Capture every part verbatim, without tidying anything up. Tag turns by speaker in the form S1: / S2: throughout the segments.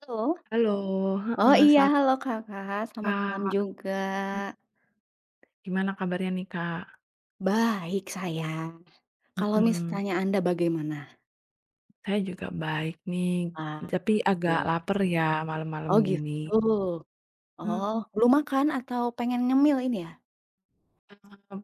S1: Halo?
S2: Halo,
S1: Oh
S2: heeh,
S1: iya,
S2: selamat
S1: halo Kakak, selamat malam
S2: Kak,
S1: juga.
S2: mmm, gimana kabarnya nih, Kak?
S1: Baik saya. Kalau
S2: Mhm,
S1: misalnya Anda bagaimana?
S2: saya juga baik nih,
S1: Ah,
S2: tapi agak
S1: gitu.
S2: lapar ya malam-malam
S1: Oh gitu.
S2: gini. Mmm,
S1: Oh, belum makan atau pengen ngemil ini ya?
S2: eee,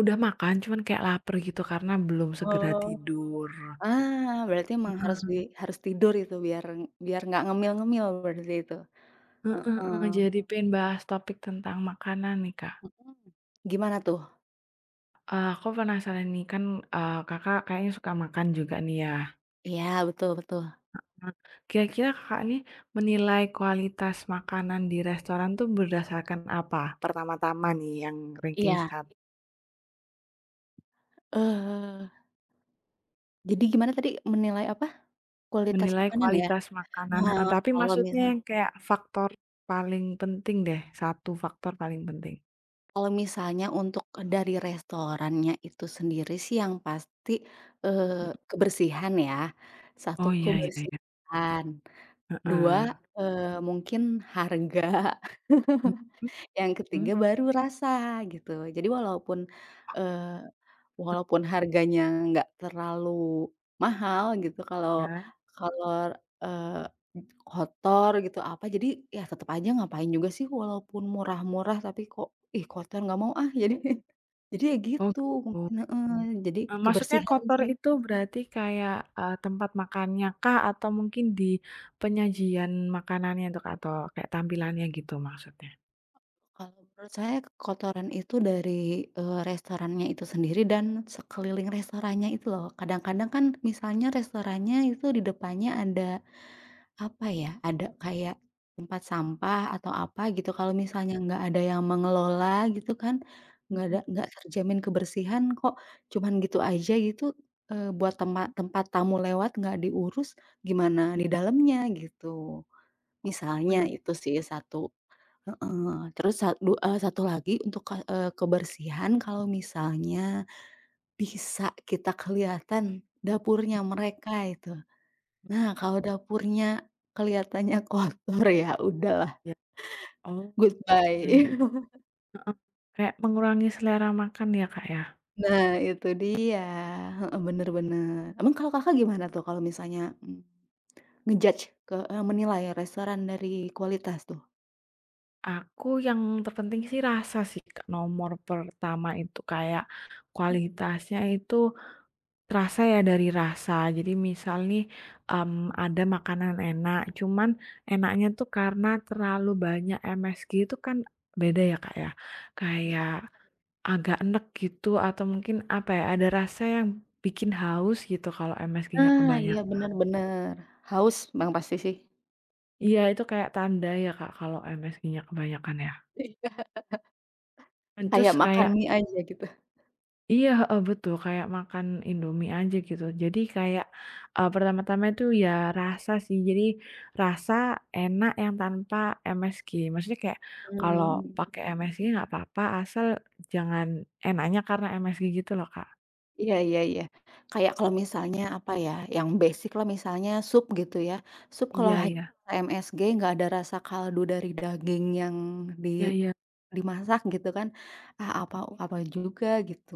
S2: udah makan cuman kayak lapar gitu karena belum segera
S1: Oh.
S2: tidur.
S1: Ah, berarti emang harus di
S2: Heeh,
S1: harus tidur itu biar biar nggak ngemil-ngemil berarti itu?
S2: heeh
S1: Heeh,
S2: heeh, jadi pengen bahas topik tentang makanan nih, Kak.
S1: mhm. Gimana tuh?
S2: Eee, aku penasaran nih kan, eee, Kakak kayaknya suka makan juga nih ya?
S1: Iya, betul betul.
S2: Nah, kira-kira Kakak nih menilai kualitas makanan di restoran tuh berdasarkan apa? Pertama-tama nih yang ranking
S1: Iya,
S2: satu
S1: eee, jadi gimana tadi menilai apa? Kualitas
S2: menilai
S1: makanan ya?
S2: kualitas makanan,
S1: Nah,
S2: heeh, tapi
S1: kalau
S2: maksudnya
S1: misal.
S2: yang kayak faktor paling penting deh, satu faktor paling penting.
S1: Kalau misalnya untuk dari restorannya itu sendiri sih yang pasti,
S2: Mhm.
S1: eee, kebersihan ya. Satu
S2: Oh, iya iya iya,
S1: kebersihan, dua
S2: heeh.
S1: eee, mungkin harga,
S2: Mhm
S1: yang ketiga
S2: mhm,
S1: baru rasa gitu. Jadi walaupun, eee, walaupun harganya nggak terlalu mahal gitu kalau
S2: ya.
S1: kalau, eee kotor gitu, apa, jadi ya tetap aja ngapain juga sih walaupun murah-murah tapi kok, ih, kotor nggak mau ah, jadi jadi ya
S2: Oh,
S1: gitu
S2: gitu.
S1: mungkin heeh, jadi
S2: Eee, maksudnya
S1: kebersihan
S2: kotor
S1: sih.
S2: itu berarti kayak, eee, tempat makannya kah atau mungkin di penyajian makanannya tuh, Kak, atau kayak tampilannya gitu maksudnya?
S1: Kalau menurut saya kotoran itu dari, eee, restorannya itu sendiri dan sekeliling restorannya itu loh. Kadang-kadang kan misalnya restorannya itu di depannya ada. Apa ya, ada kayak tempat sampah atau apa gitu kalau misalnya nggak ada yang mengelola gitu kan, nggak
S2: Mhm.
S1: ada nggak terjamin kebersihan kok, cuman gitu aja gitu, eee, buat tempat tempat tamu lewat nggak diurus gimana di dalamnya gitu.
S2: Oh,
S1: Misalnya
S2: iya
S1: itu sih satu. Heeh, terus sadu eee, satu lagi untuk ke eee, kebersihan kalau misalnya bisa kita kelihatan dapurnya mereka itu. Nah, kalau dapurnya kelihatannya kotor ya udahlah
S2: iya. Oh, iya iya.
S1: goodbye.
S2: Heeh. Kayak mengurangi selera makan ya, Kak, ya?
S1: Nah, itu dia, heeh, bener bener. Emang kalau Kakak gimana tuh kalau misalnya, mmm, nge ke eee, menilai restoran dari kualitas tuh?
S2: Aku yang terpenting sih rasa sih, Kak, nomor pertama itu kayak
S1: Mmm,
S2: kualitasnya itu terasa ya dari rasa. Jadi misal nih, mmm, ada makanan enak, cuman enaknya tuh karena terlalu banyak M S G itu kan beda ya, Kak, ya.
S1: dari ya?
S2: Kayak agak enek gitu atau mungkin apa ya, ada rasa yang bikin haus gitu kalau M S G-nya
S1: Ah, iya
S2: kebanyakan.
S1: bener bener. Haus Bang, pasti sih.
S2: Iya, itu kayak tanda ya, Kak, kalau M S G-nya kebanyakan ya? Dan
S1: Kayak
S2: terus
S1: makan
S2: kayak
S1: mie aja gitu.
S2: iya, heeh, betul, kayak makan Indomie aja gitu. Jadi kayak, eee, pertama-tama itu ya rasa sih, jadi rasa enak yang tanpa M S G. Maksudnya kayak kalau
S1: Mmm.
S2: pakai M S G nggak apa-apa, asal jangan enaknya karena M S G gitu loh, Kak.
S1: Iya iya iya. Kayak kalau misalnya, apa ya, yang basic lah misalnya sup gitu ya. Sup kalau
S2: Iya
S1: hanya
S2: iya.
S1: M S G nggak ada rasa kaldu dari daging yang di
S2: Iya iya.
S1: dimasak gitu kan, ah, apa apa juga gitu.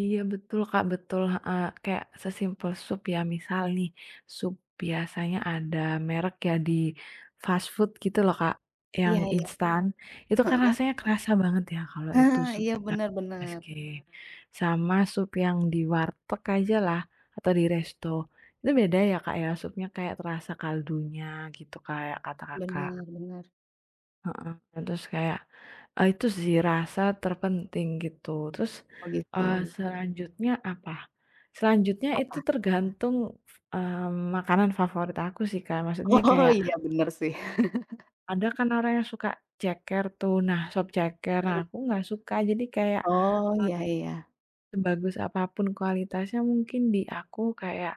S2: Iya betul Kak, betul, heeh. Kayak sesimpel sup ya, misal nih, sup biasanya ada merek ya di fast food gitu loh Kak, yang
S1: Iya iya,
S2: instan, itu kan
S1: heeh.
S2: rasanya kerasa banget ya kalau itu
S1: Nah,
S2: sup
S1: iya
S2: yang
S1: benar-benar,
S2: meski sama sup yang di warteg aja lah atau di resto, itu beda ya Kak ya, supnya kayak terasa kaldunya gitu kayak kata Kakak.
S1: benar-benar.
S2: Heeh, terus kayak, eee, itu sih rasa terpenting gitu. Terus,
S1: Oh
S2: eee,
S1: gitu,
S2: selanjutnya apa? Selanjutnya
S1: apa?
S2: itu tergantung, mmm, makanan favorit aku sih, Kak. Maksudnya
S1: Oh
S2: kayak
S1: iya benar sih.
S2: ada kan orang yang suka ceker tuh, nah sop ceker, nah aku nggak suka. Jadi kayak
S1: Oh, iya iya.
S2: sebagus apapun kualitasnya mungkin di aku kayak,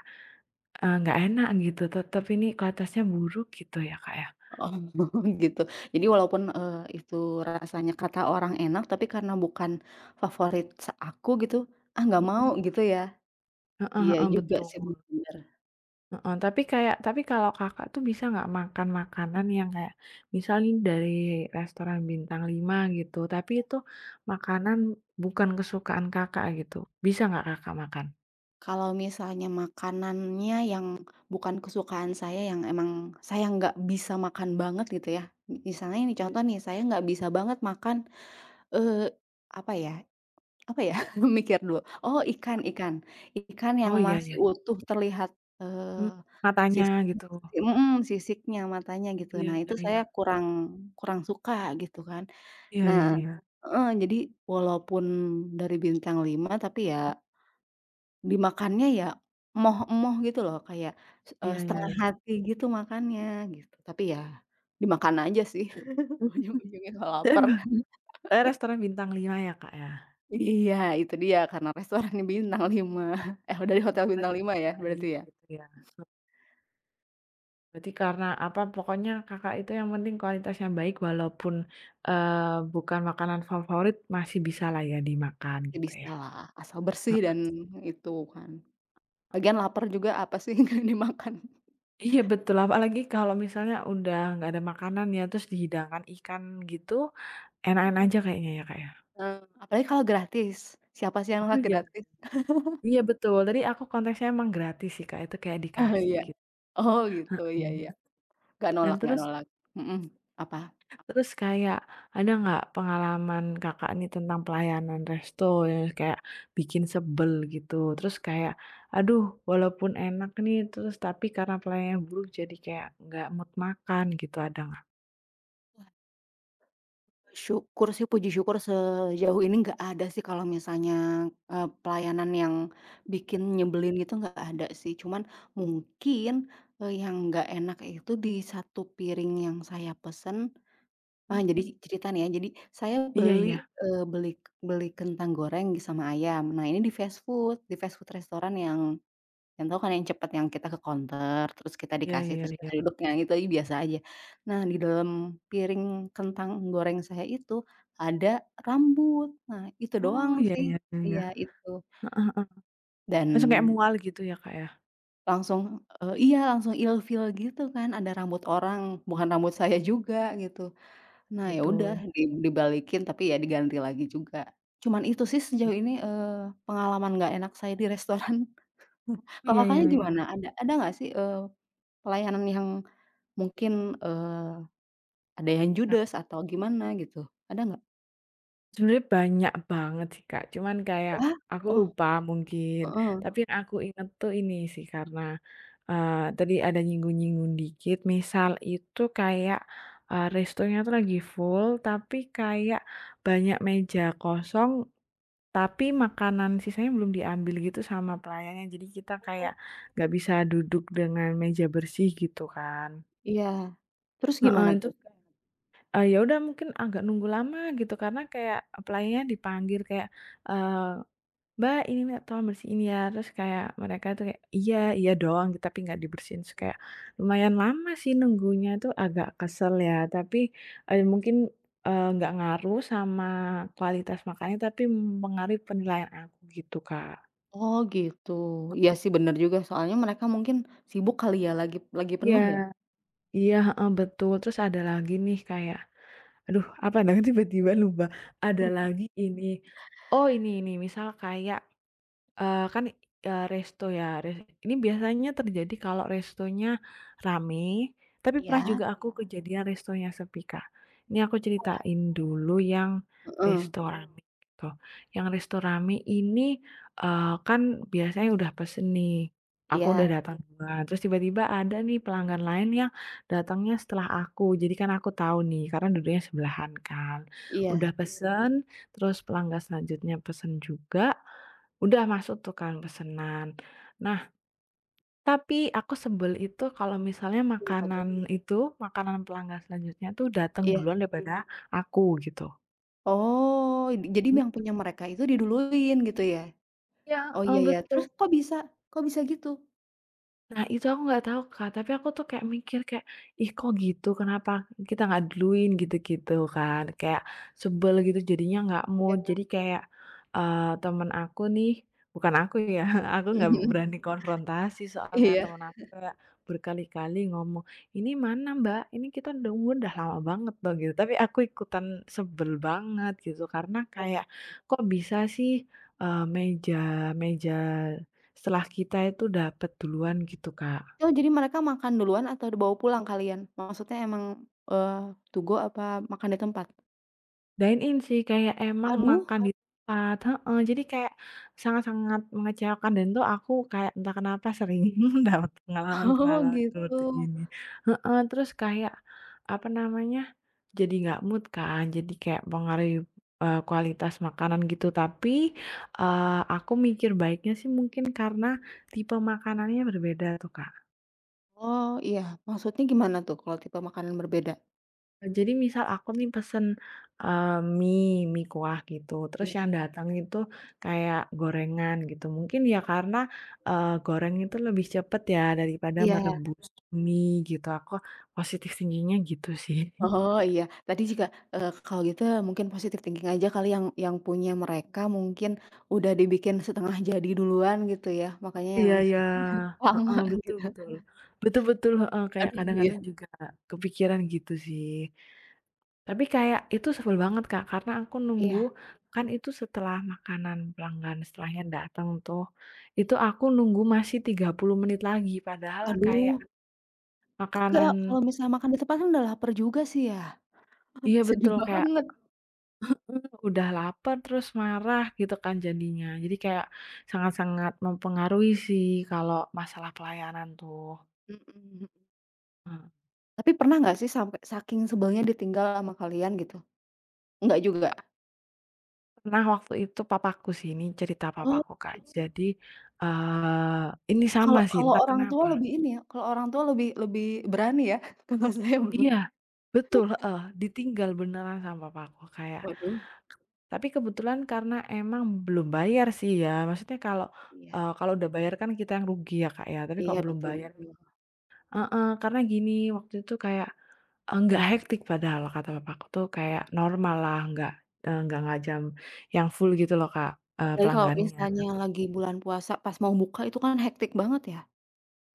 S2: eee, nggak enak gitu, tetep ini kualitasnya buruk gitu ya, Kak, ya.
S1: Oh, gitu. Jadi walaupun, eee, itu rasanya kata orang enak, tapi karena bukan favorit sa aku gitu, ah, nggak mau
S2: Mhm,
S1: gitu ya?
S2: heeh
S1: Iya
S2: heeh,
S1: juga sih
S2: betul.
S1: bener.
S2: Heeh, tapi kayak tapi kalau Kakak tuh bisa nggak makan makanan yang kayak misalnya dari restoran bintang lima gitu, tapi
S1: Iya.
S2: itu makanan bukan kesukaan Kakak gitu, bisa nggak Kakak makan?
S1: Kalau misalnya makanannya yang bukan kesukaan saya, yang emang saya nggak bisa makan banget gitu ya, misalnya ini contoh nih, saya nggak bisa banget makan, eee, apa ya? Apa ya? Mikir dulu. Oh, ikan ikan. Ikan yang
S2: Oh, iya
S1: masih
S2: iya.
S1: utuh terlihat,
S2: Mhm,
S1: eee,
S2: matanya
S1: sisiknya,
S2: gitu.
S1: mhm, sisiknya, matanya gitu.
S2: Iya
S1: Nah,
S2: iya
S1: itu
S2: iya.
S1: saya kurang kurang suka gitu kan.
S2: Iya
S1: Nah
S2: iya iya.
S1: heeh, jadi walaupun dari bintang lima tapi ya dimakannya ya moh moh gitu loh, kayak, eee,
S2: Iya iya
S1: setengah
S2: iya.
S1: hati gitu makannya, gitu. Tapi ya dimakan aja sih ujung-ujungnya kalau lapar.
S2: Mhm, restoran bintang lima ya, Kak, ya?
S1: Iya, itu dia karena restorannya bintang lima, eh, dari hotel bintang lima ya berarti
S2: Baik
S1: ya?
S2: gitu ya. Berarti karena apa, pokoknya Kakak itu yang penting kualitas yang baik walaupun, eee, bukan makanan favorit masih bisa lah ya dimakan
S1: Ya
S2: gitu ya?
S1: bisalah, asal bersih dan
S2: Heeh.
S1: itu kan. Lagian lapar juga apa sih yang nggak dimakan?
S2: Iya betul, apalagi kalau misalnya udah nggak ada makanan ya terus dihidangkan ikan gitu, enak-enak aja kayaknya ya, Kak, ya?
S1: Eee, apalagi kalau gratis, siapa sih yang
S2: Oh
S1: nolak
S2: iya
S1: gratis?
S2: iya betul, tadi aku konteksnya emang gratis sih, Kak, itu kayak
S1: Oh
S2: dikasih
S1: iya,
S2: gitu.
S1: oh gitu,
S2: Heeh.
S1: iya iya, nggak
S2: Dan
S1: nolak nggak
S2: terus
S1: nolak, mhm, apa?
S2: Terus kayak ada nggak pengalaman Kakak nih tentang pelayanan resto yang kayak bikin sebel gitu? Terus kayak, aduh walaupun enak nih terus tapi karena pelayanannya buruk jadi kayak nggak mood makan gitu ada nggak?
S1: Syukur sih, puji syukur sejauh ini nggak ada sih kalau misalnya, eee, pelayanan yang bikin nyebelin gitu nggak ada sih. Cuman mungkin, eee, yang nggak enak itu di satu piring yang saya pesen, ah jadi
S2: Mhm.
S1: cerita nih ya, jadi saya
S2: Iya
S1: beli,
S2: iya.
S1: eee, beli beli kentang goreng sama ayam. Nah ini di fast food, di fast food restoran yang. Contoh kan yang cepat yang kita ke counter, terus kita
S2: Oh. Iya
S1: dikasih,
S2: iya
S1: terus
S2: iya.
S1: kita duduk, yang itu aja biasa aja. Nah, di dalam piring kentang goreng saya itu ada rambut. Nah, itu
S2: Oh
S1: doang
S2: iya
S1: sih.
S2: iya iya iya.
S1: Iya, itu.
S2: Heeh.
S1: Dan
S2: Langsung kayak mual gitu ya Kak ya?
S1: langsung, eee, iya, langsung ilfeel gitu kan, ada rambut orang, bukan rambut saya juga gitu. Nah, ya udah
S2: Betul.
S1: di dibalikin, tapi ya diganti lagi juga. Cuman itu sih sejauh ini, eee, pengalaman nggak enak saya di restoran. Kalau
S2: Iya iya
S1: Kakaknya
S2: iya.
S1: gimana? Ada ada nggak sih, eee, pelayanan yang. Mungkin, eee, ada yang judes atau gimana gitu, ada nggak?
S2: Sebenarnya banyak banget sih, Kak, cuman kayak
S1: Wah.
S2: aku
S1: Oh,
S2: lupa mungkin,
S1: heeh.
S2: tapi yang aku inget tuh ini sih karena, eee, tadi ada nyinggung-nyinggung dikit, misal itu kayak, eee, restonya tuh lagi full, tapi kayak banyak meja kosong, tapi makanan sisanya belum diambil gitu sama pelayannya, jadi kita
S1: Oh.
S2: kayak nggak bisa duduk dengan meja bersih gitu kan.
S1: Iya. Terus
S2: Heeh,
S1: gimana
S2: itu
S1: tuh?
S2: Eee, ya udah mungkin agak nunggu lama gitu karena kayak, eee, pelayannya dipanggil kayak, eee, "Mbak, ini minta tolong bersihin ya." Terus kayak mereka tuh kayak, "Iya iya" doang gitu tapi nggak dibersihin. Terus kayak lumayan lama sih nunggunya tuh agak kesel ya tapi, eee, mungkin, eee, nggak ngaruh sama kualitas makannya tapi mempengaruhi penilaian aku gitu, Kak.
S1: Oh gitu. Iya sih bener juga soalnya mereka mungkin sibuk kali ya lagi lagi
S2: Iya
S1: penuh ya?
S2: iya, heeh, betul. Terus ada lagi nih kayak aduh apa namanya tiba-tiba lupa, ada
S1: Mhm.
S2: lagi ini, oh ini ini misal kayak Eee, kan, eee, resto ya, res ini biasanya terjadi kalau restonya rame, tapi pernah
S1: Iya.
S2: juga aku kejadian restonya sepi, Kak. Ini aku ceritain dulu yang
S1: Heeh.
S2: resto rame gitu. Yang resto rame ini, eee, kan biasanya udah pesen nih, aku udah
S1: Iya
S2: datang duluan, terus tiba-tiba ada nih pelanggan lain yang datangnya setelah aku. Jadi kan aku tahu nih, karena duduknya sebelahan kan.
S1: iya.
S2: Udah pesen, terus pelanggan selanjutnya pesen juga. Udah masuk tuh kan pesenan. Nah, tapi aku sebel itu kalau misalnya
S1: Kenapa tuh?
S2: makanan itu, makanan pelanggan selanjutnya tuh datang
S1: Iya.
S2: duluan daripada aku gitu.
S1: Oh, jadi yang
S2: Mmm.
S1: punya mereka itu diduluin gitu ya?
S2: Iya,
S1: Oh iya
S2: eee,
S1: iya.
S2: betul.
S1: Terus kok bisa, kok bisa gitu?
S2: Nah, itu aku nggak tahu, Kak, tapi aku tuh kayak mikir kayak, "Ih, kok gitu? Kenapa kita nggak duluin?" Gitu-gitu kan. Kayak sebel gitu jadinya nggak
S1: Ya.
S2: mood. Jadi kayak, eee, temen aku nih bukan aku ya, aku
S1: Mhm
S2: nggak
S1: mhm.
S2: berani konfrontasi soalnya
S1: Iya.
S2: temen aku kayak berkali-kali ngomong, "Ini mana, Mbak? Ini kita udah udah lama banget loh," gitu. Tapi aku ikutan sebel banget gitu karena kayak, "Kok bisa sih, eee, meja meja setelah kita itu dapet duluan gitu, Kak."
S1: Oh, jadi mereka makan duluan atau dibawa pulang kalian? Maksudnya emang, eee, to go apa makan di tempat?
S2: Dine-in sih kayak emang
S1: Aduh.
S2: makan. Oh, di tempat, heeh, jadi kayak sangat-sangat mengecewakan dan tuh aku kayak entah kenapa sering dapat
S1: Oh,
S2: pengalaman-pengalaman
S1: gitu.
S2: seperti ini. Heeh, terus kayak, apa namanya, jadi nggak mood kan, jadi kayak pengaruh, eee, kualitas makanan gitu. Tapi, eee, aku mikir baiknya sih mungkin karena tipe makanannya berbeda tuh, Kak.
S1: Oh, iya, maksudnya gimana tuh kalau tipe makanan berbeda?
S2: Jadi misal aku nih pesen, eee, mie mie kuah gitu, terus
S1: Iya
S2: yang datang itu kayak gorengan gitu, mungkin ya karena, eee, goreng itu lebih cepet ya daripada
S1: iya.
S2: merebus mie gitu, aku positif tingginya gitu sih.
S1: Oh, iya. Tadi juga, eee, kalau gitu mungkin positive thinking aja kali yang yang punya mereka mungkin udah dibikin setengah jadi duluan gitu ya, makanya yang
S2: Iya ya, heeh,
S1: lama
S2: betul
S1: gitu.
S2: betul. Betul betul, heeh, kayak
S1: Aduh, iya
S2: kadang-kadang juga kepikiran gitu sih. Tapi kayak itu sebel banget, Kak, karena aku nunggu
S1: iya.
S2: kan itu setelah makanan pelanggan setelahnya datang tuh, itu aku nunggu masih tiga puluh menit lagi padahal kayak
S1: Aduh,
S2: makanan.
S1: kayak kalau misalnya makan di tempat kan udah lapar juga sih ya.
S2: Iya
S1: Sedih
S2: betul, kayak
S1: banget.
S2: udah lapar terus marah gitu kan jadinya. Jadi kayak sangat-sangat mempengaruhi sih kalau masalah pelayanan tuh.
S1: Mhm.
S2: Eee,
S1: Tapi pernah nggak sih sampai saking sebelnya ditinggal sama kalian gitu? Enggak juga?
S2: Pernah waktu itu papaku sih, ini cerita
S1: Oh,
S2: papaku, Kak. Jadi, eee, ini sama
S1: kalau
S2: sih
S1: kalau
S2: entah
S1: orang tua
S2: kenapa.
S1: lebih ini ya, kalau orang tua lebih lebih berani ya, kalau saya belum.
S2: Iya, betul, heeh, ditinggal beneran sama papaku kayak,
S1: Waduh,
S2: tapi kebetulan karena emang belum bayar sih ya, maksudnya kalau,
S1: iya
S2: eee, kalau udah bayar kan kita yang rugi ya, Kak, ya, tapi
S1: iya
S2: kalau belum
S1: betul
S2: bayar,
S1: betul.
S2: heeh, karena gini, waktu itu kayak, eee, nggak hektik padahal kata papaku tuh kayak normal lah, nggak, eee, nggak ngajam yang full gitu loh, Kak, eee,
S1: Apalagi kalau
S2: pelanggannya.
S1: misalnya lagi bulan puasa pas mau buka itu kan hektik banget ya.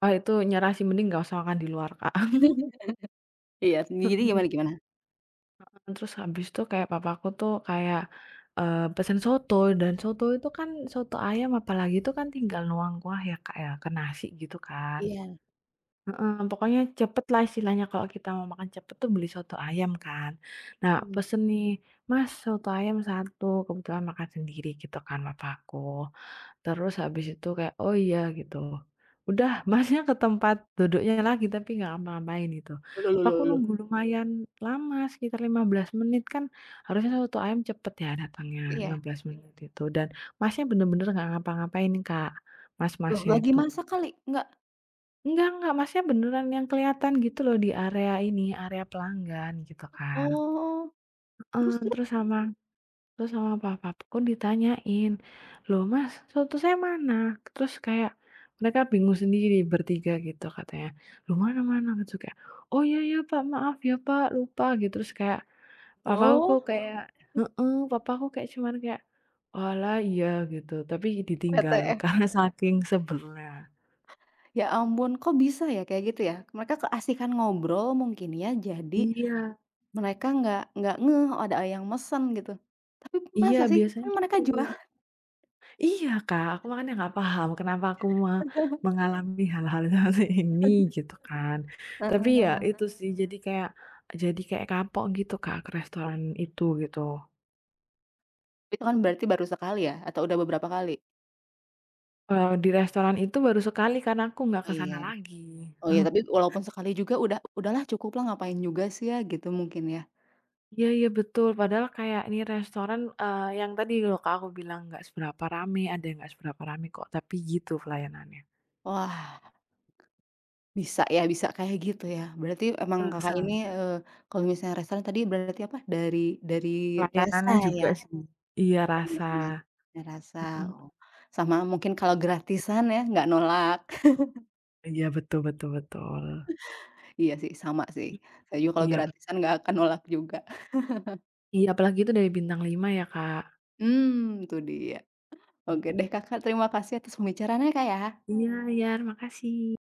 S2: Wah, itu nyerah sih, mending nggak usah makan di luar, Kak.
S1: Iya, jadi
S2: Mhm.
S1: gimana gimana?
S2: Terus habis itu kayak papaku tuh kayak, eee, pesen soto dan soto itu kan soto ayam apalagi itu kan tinggal nuang kuah ya, Kak, ya, ke nasi gitu kan.
S1: Iya,
S2: Heeh, pokoknya cepet lah istilahnya kalau kita mau makan cepet tuh beli soto ayam kan. Nah
S1: mhm.
S2: pesen nih, "Mas soto ayam satu" kebetulan makan sendiri gitu kan papaku. Terus habis itu kayak, "Oh iya," gitu. Udah masnya ke tempat duduknya lagi tapi nggak ngapa-ngapain gitu.
S1: Loh loh
S2: Apa aku
S1: loh loh.
S2: nunggu lumayan lama sekitar lima belas menit kan harusnya soto ayam cepet ya datangnya lima
S1: Iya.
S2: belas menit itu dan masnya bener-bener nggak ngapa-ngapain Kak,
S1: Loh
S2: mas-masnya
S1: lagi
S2: itu.
S1: masak kali? Enggak?
S2: Enggak enggak, masnya beneran yang kelihatan gitu loh di area ini, area pelanggan gitu kan.
S1: Oh,
S2: Heeh,
S1: terus terus?
S2: terus sama Terus sama papa aku ditanyain, "Loh Mas, soto saya mana?" Terus kayak mereka bingung sendiri bertiga gitu katanya, "Loh mana mana?" Gitu kayak, "Oh iya iya Pak, maaf ya Pak, lupa," gitu. Terus kayak papaku kok
S1: Oh,
S2: kayak heeh, papaku kayak cuman kayak, "Walah iya," gitu, tapi ditinggal
S1: P T S.
S2: karena saking sebelnya.
S1: Ya ampun, kok bisa ya kayak gitu ya? Mereka keasikan ngobrol mungkin ya, jadi
S2: Iya
S1: mereka nggak nggak ngeh oh, ada yang mesen gitu. Tapi
S2: iya
S1: masa sih? Kan
S2: biasanya
S1: mereka
S2: gitu.
S1: jual.
S2: Iya, Kak, aku makanya nggak paham kenapa aku me mengalami hal-hal seperti ini gitu kan. Tapi
S1: Heeh,
S2: ya itu sih jadi kayak jadi kayak kapok gitu, Kak, ke restoran itu gitu.
S1: itu kan berarti baru sekali ya atau udah beberapa kali?
S2: Eee, di restoran itu baru sekali karena aku nggak
S1: Oh
S2: ke
S1: iya.
S2: sana lagi.
S1: Oh iya, tapi walaupun sekali juga udah udahlah cukup lah ngapain juga sih ya gitu mungkin ya.
S2: Iya iya betul, padahal kayak ini restoran, eee, yang tadi loh, Kak, aku bilang nggak seberapa rame, ada yang nggak seberapa rame kok, tapi gitu pelayanannya.
S1: Wah, bisa ya, bisa kayak gitu ya. Berarti emang
S2: Eee,
S1: Kakak
S2: sa
S1: ini, eee, kalau misalnya restoran tadi berarti apa, dari dari rasa
S2: Pelayanannya
S1: ya?
S2: juga sih. Iya
S1: Ada
S2: rasa,
S1: ada rasa,
S2: mhm,
S1: oh. Sama mungkin kalau gratisan ya nggak nolak.
S2: iya betul betul betul.
S1: Iya sih, sama sih. Saya juga kalau
S2: Iya, bet
S1: gratisan nggak akan nolak juga.
S2: Iya, apalagi itu dari bintang lima ya, Kak.
S1: Hmm, itu dia.
S2: Mmm.
S1: Oke deh Kakak, terima kasih atas pembicaraannya, Kak, ya.
S2: Iya iya, makasih.